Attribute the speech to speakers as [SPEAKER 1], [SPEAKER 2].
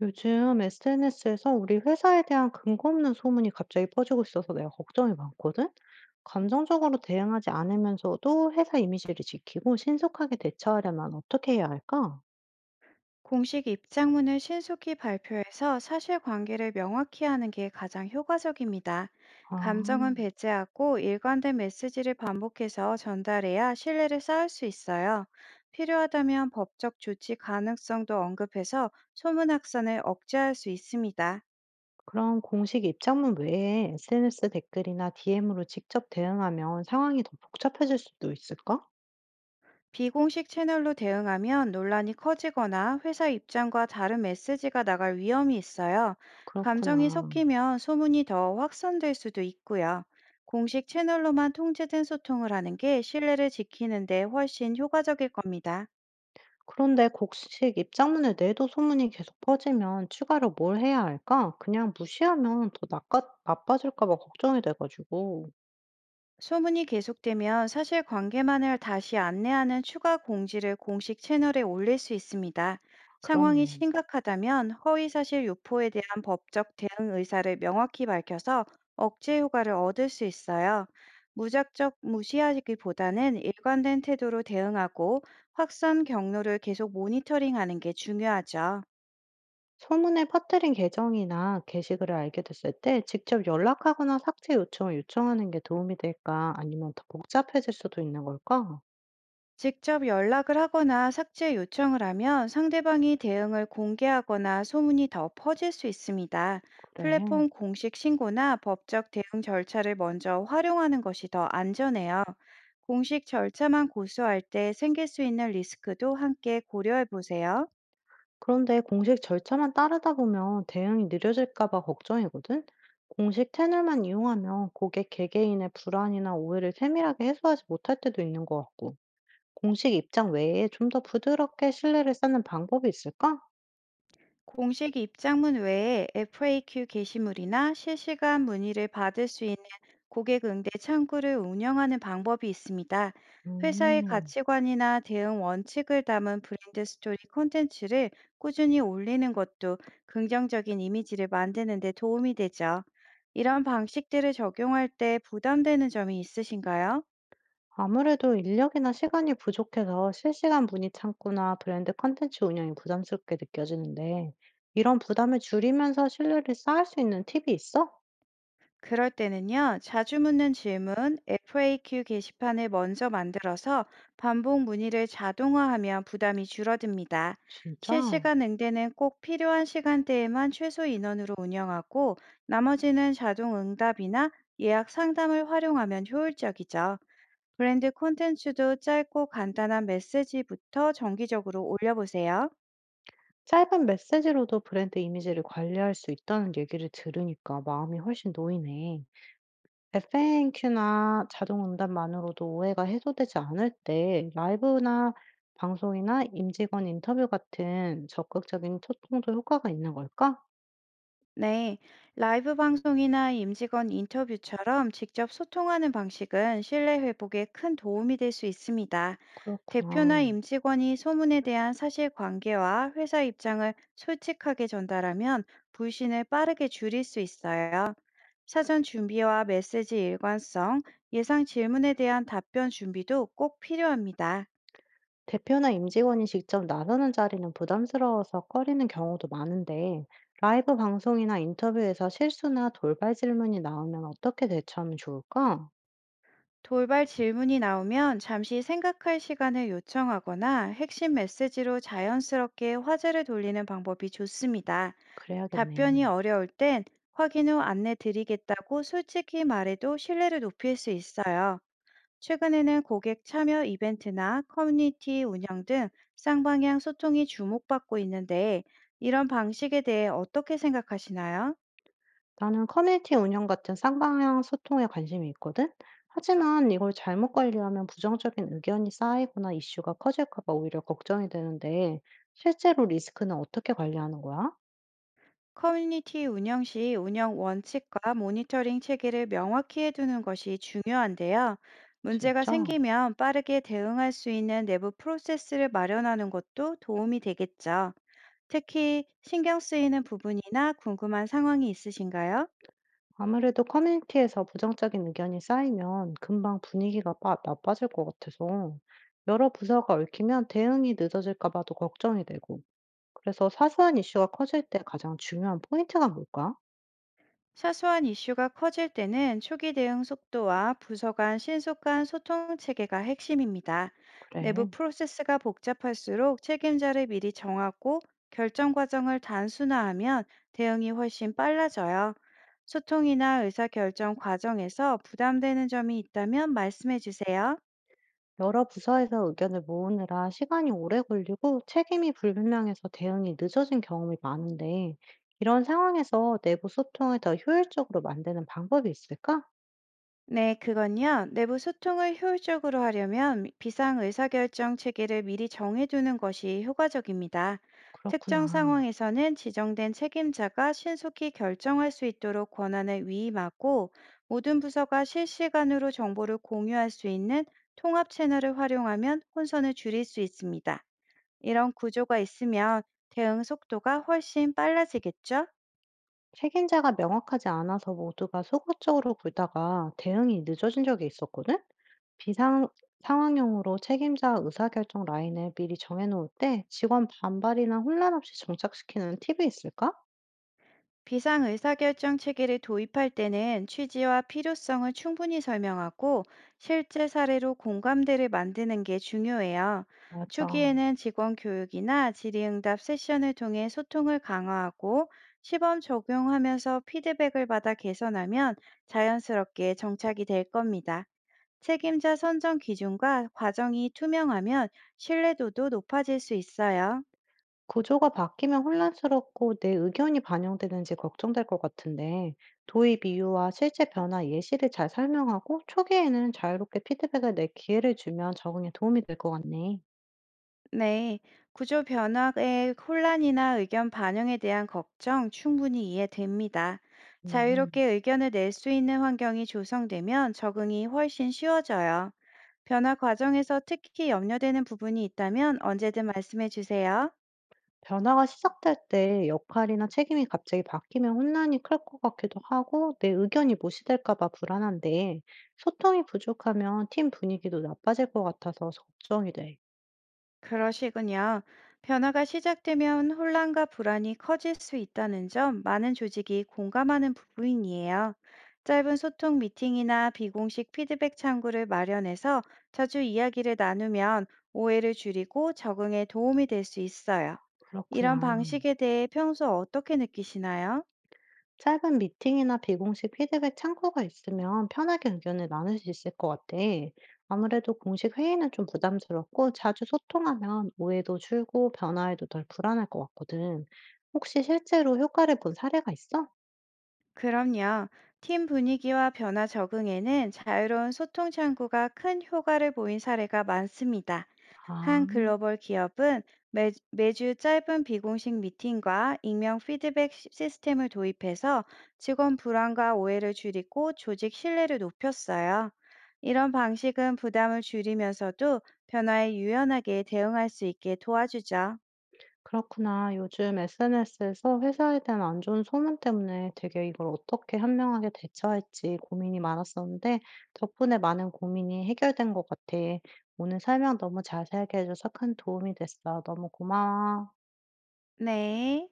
[SPEAKER 1] 요즘 SNS에서 우리 회사에 대한 근거 없는 소문이 갑자기 퍼지고 있어서 내가 걱정이 많거든? 감정적으로 대응하지 않으면서도 회사 이미지를 지키고 신속하게 대처하려면 어떻게 해야 할까?
[SPEAKER 2] 공식 입장문을 신속히 발표해서 사실관계를 명확히 하는 게 가장 효과적입니다.
[SPEAKER 1] 아,
[SPEAKER 2] 감정은 배제하고 일관된 메시지를 반복해서 전달해야 신뢰를 쌓을 수 있어요. 필요하다면 법적 조치 가능성도 언급해서 소문 확산을 억제할 수 있습니다.
[SPEAKER 1] 그럼 공식 입장문 외에 SNS 댓글이나 DM으로 직접 대응하면 상황이 더 복잡해질 수도 있을까?
[SPEAKER 2] 비공식 채널로 대응하면 논란이 커지거나 회사 입장과 다른 메시지가 나갈 위험이 있어요. 감정이
[SPEAKER 1] 그렇구나.
[SPEAKER 2] 섞이면 소문이 더 확산될 수도 있고요. 공식 채널로만 통제된 소통을 하는 게 신뢰를 지키는데 훨씬 효과적일 겁니다.
[SPEAKER 1] 그런데 곡식 입장문을 내도 소문이 계속 퍼지면 추가로 뭘 해야 할까? 그냥 무시하면 더 나빠질까 봐 걱정이 돼가지고.
[SPEAKER 2] 소문이 계속되면 사실 관계만을 다시 안내하는 추가 공지를 공식 채널에 올릴 수 있습니다. 상황이
[SPEAKER 1] 그렇네.
[SPEAKER 2] 심각하다면 허위사실 유포에 대한 법적 대응 의사를 명확히 밝혀서 억제 효과를 얻을 수 있어요. 무작정 무시하기보다는 일관된 태도로 대응하고 확산 경로를 계속 모니터링하는 게 중요하죠.
[SPEAKER 1] 소문을 퍼뜨린 계정이나 게시글을 알게 됐을 때 직접 연락하거나 삭제 요청을 요청하는 게 도움이 될까? 아니면 더 복잡해질 수도 있는 걸까?
[SPEAKER 2] 직접 연락을 하거나 삭제 요청을 하면 상대방이 대응을 공개하거나 소문이 더 퍼질 수 있습니다.
[SPEAKER 1] 그래.
[SPEAKER 2] 플랫폼 공식 신고나 법적 대응 절차를 먼저 활용하는 것이 더 안전해요. 공식 절차만 고수할 때 생길 수 있는 리스크도 함께 고려해 보세요.
[SPEAKER 1] 그런데 공식 절차만 따르다 보면 대응이 느려질까 봐 걱정이거든? 공식 채널만 이용하면 고객 개개인의 불안이나 오해를 세밀하게 해소하지 못할 때도 있는 것 같고, 공식 입장 외에 좀 더 부드럽게 신뢰를 쌓는 방법이 있을까?
[SPEAKER 2] 공식 입장문 외에 FAQ 게시물이나 실시간 문의를 받을 수 있는 고객 응대 창구를 운영하는 방법이 있습니다. 회사의
[SPEAKER 1] 음,
[SPEAKER 2] 가치관이나 대응 원칙을 담은 브랜드 스토리 콘텐츠를 꾸준히 올리는 것도 긍정적인 이미지를 만드는 데 도움이 되죠. 이런 방식들을 적용할 때 부담되는 점이 있으신가요?
[SPEAKER 1] 아무래도 인력이나 시간이 부족해서 실시간 문의 창구나 브랜드 컨텐츠 운영이 부담스럽게 느껴지는데, 이런 부담을 줄이면서 신뢰를 쌓을 수 있는 팁이 있어?
[SPEAKER 2] 그럴 때는요, 자주 묻는 질문, FAQ 게시판을 먼저 만들어서 반복 문의를 자동화하면 부담이 줄어듭니다.
[SPEAKER 1] 진짜?
[SPEAKER 2] 실시간 응대는 꼭 필요한 시간대에만 최소 인원으로 운영하고, 나머지는 자동 응답이나 예약 상담을 활용하면 효율적이죠. 브랜드 콘텐츠도 짧고 간단한 메시지부터 정기적으로 올려보세요.
[SPEAKER 1] 짧은 메시지로도 브랜드 이미지를 관리할 수 있다는 얘기를 들으니까 마음이 훨씬 놓이네. FAQ나 자동응답만으로도 오해가 해소되지 않을 때 라이브나 방송이나 임직원 인터뷰 같은 적극적인 소통도 효과가 있는 걸까?
[SPEAKER 2] 네, 라이브 방송이나 임직원 인터뷰처럼 직접 소통하는 방식은 신뢰 회복에 큰 도움이 될 수 있습니다. 대표나
[SPEAKER 1] 그렇구나.
[SPEAKER 2] 임직원이 소문에 대한 사실관계와 회사 입장을 솔직하게 전달하면 불신을 빠르게 줄일 수 있어요. 사전 준비와 메시지 일관성, 예상 질문에 대한 답변 준비도 꼭 필요합니다.
[SPEAKER 1] 대표나 임직원이 직접 나서는 자리는 부담스러워서 꺼리는 경우도 많은데, 라이브 방송이나 인터뷰에서 실수나 돌발 질문이 나오면 어떻게 대처하면 좋을까?
[SPEAKER 2] 돌발 질문이 나오면 잠시 생각할 시간을 요청하거나 핵심 메시지로 자연스럽게 화제를 돌리는 방법이 좋습니다. 답변이
[SPEAKER 1] 그래야겠네.
[SPEAKER 2] 어려울 땐 확인 후 안내 드리겠다고 솔직히 말해도 신뢰를 높일 수 있어요. 최근에는 고객 참여 이벤트나 커뮤니티 운영 등 쌍방향 소통이 주목받고 있는데, 이런 방식에 대해 어떻게 생각하시나요?
[SPEAKER 1] 나는 커뮤니티 운영 같은 쌍방향 소통에 관심이 있거든? 하지만 이걸 잘못 관리하면 부정적인 의견이 쌓이거나 이슈가 커질까 봐 오히려 걱정이 되는데, 실제로 리스크는 어떻게 관리하는 거야?
[SPEAKER 2] 커뮤니티 운영 시 운영 원칙과 모니터링 체계를 명확히 해두는 것이 중요한데요. 문제가
[SPEAKER 1] 진짜?
[SPEAKER 2] 생기면 빠르게 대응할 수 있는 내부 프로세스를 마련하는 것도 도움이 되겠죠. 특히 신경 쓰이는 부분이나 궁금한 상황이 있으신가요?
[SPEAKER 1] 아무래도 커뮤니티에서 부정적인 의견이 쌓이면 금방 분위기가 나빠질 것 같아서, 여러 부서가 얽히면 대응이 늦어질까 봐도 걱정이 되고, 그래서 사소한 이슈가 커질 때 가장 중요한 포인트가 뭘까?
[SPEAKER 2] 사소한 이슈가 커질 때는 초기 대응 속도와 부서 간 신속한 소통 체계가 핵심입니다. 내부
[SPEAKER 1] 그래.
[SPEAKER 2] 프로세스가 복잡할수록 책임자를 미리 정하고 결정 과정을 단순화하면 대응이 훨씬 빨라져요. 소통이나 의사결정 과정에서 부담되는 점이 있다면 말씀해 주세요.
[SPEAKER 1] 여러 부서에서 의견을 모으느라 시간이 오래 걸리고 책임이 불분명해서 대응이 늦어진 경험이 많은데, 이런 상황에서 내부 소통을 더 효율적으로 만드는 방법이 있을까?
[SPEAKER 2] 네, 그건요. 내부 소통을 효율적으로 하려면 비상 의사결정 체계를 미리 정해두는 것이 효과적입니다. 특정
[SPEAKER 1] 그렇구나.
[SPEAKER 2] 상황에서는 지정된 책임자가 신속히 결정할 수 있도록 권한을 위임하고, 모든 부서가 실시간으로 정보를 공유할 수 있는 통합 채널을 활용하면 혼선을 줄일 수 있습니다. 이런 구조가 있으면 대응 속도가 훨씬 빨라지겠죠?
[SPEAKER 1] 책임자가 명확하지 않아서 모두가 소극적으로 굴다가 대응이 늦어진 적이 있었거든? 비상 상황용으로 책임자 의사결정 라인을 미리 정해놓을 때 직원 반발이나 혼란 없이 정착시키는 팁이 있을까?
[SPEAKER 2] 비상의사결정 체계를 도입할 때는 취지와 필요성을 충분히 설명하고 실제 사례로 공감대를 만드는 게 중요해요.
[SPEAKER 1] 맞아.
[SPEAKER 2] 초기에는 직원 교육이나 질의응답 세션을 통해 소통을 강화하고, 시범 적용하면서 피드백을 받아 개선하면 자연스럽게 정착이 될 겁니다. 책임자 선정 기준과 과정이 투명하면 신뢰도도 높아질 수 있어요.
[SPEAKER 1] 구조가 바뀌면 혼란스럽고 내 의견이 반영되는지 걱정될 것 같은데, 도입 이유와 실제 변화 예시를 잘 설명하고 초기에는 자유롭게 피드백을 낼 기회를 주면 적응에 도움이 될 것 같네.
[SPEAKER 2] 네, 구조 변화의 혼란이나 의견 반영에 대한 걱정 충분히 이해됩니다.
[SPEAKER 1] 음,
[SPEAKER 2] 자유롭게 의견을 낼 수 있는 환경이 조성되면 적응이 훨씬 쉬워져요. 변화 과정에서 특히 염려되는 부분이 있다면 언제든 말씀해 주세요.
[SPEAKER 1] 변화가 시작될 때 역할이나 책임이 갑자기 바뀌면 혼란이 클 것 같기도 하고, 내 의견이 무시될까 봐 불안한데, 소통이 부족하면 팀 분위기도 나빠질 것 같아서 걱정이 돼.
[SPEAKER 2] 그러시군요. 변화가 시작되면 혼란과 불안이 커질 수 있다는 점, 많은 조직이 공감하는 부분이에요. 짧은 소통 미팅이나 비공식 피드백 창구를 마련해서 자주 이야기를 나누면 오해를 줄이고 적응에 도움이 될 수 있어요. 이런
[SPEAKER 1] 그렇구나.
[SPEAKER 2] 방식에 대해 평소 어떻게 느끼시나요?
[SPEAKER 1] 짧은 미팅이나 비공식 피드백 창구가 있으면 편하게 의견을 나눌 수 있을 것 같아. 아무래도 공식 회의는 좀 부담스럽고 자주 소통하면 오해도 줄고 변화에도 덜 불안할 것 같거든. 혹시 실제로 효과를 본 사례가 있어?
[SPEAKER 2] 그럼요. 팀 분위기와 변화 적응에는 자유로운 소통 창구가 큰 효과를 보인 사례가 많습니다.
[SPEAKER 1] 아.
[SPEAKER 2] 한 글로벌 기업은 매주 짧은 비공식 미팅과 익명 피드백 시스템을 도입해서 직원 불안과 오해를 줄이고 조직 신뢰를 높였어요. 이런 방식은 부담을 줄이면서도 변화에 유연하게 대응할 수 있게 도와주죠.
[SPEAKER 1] 그렇구나. 요즘 SNS에서 회사에 대한 안 좋은 소문 때문에 되게 이걸 어떻게 현명하게 대처할지 고민이 많았었는데, 덕분에 많은 고민이 해결된 것 같아. 오늘 설명 너무 자세하게 해줘서 큰 도움이 됐어. 너무 고마워.
[SPEAKER 2] 네.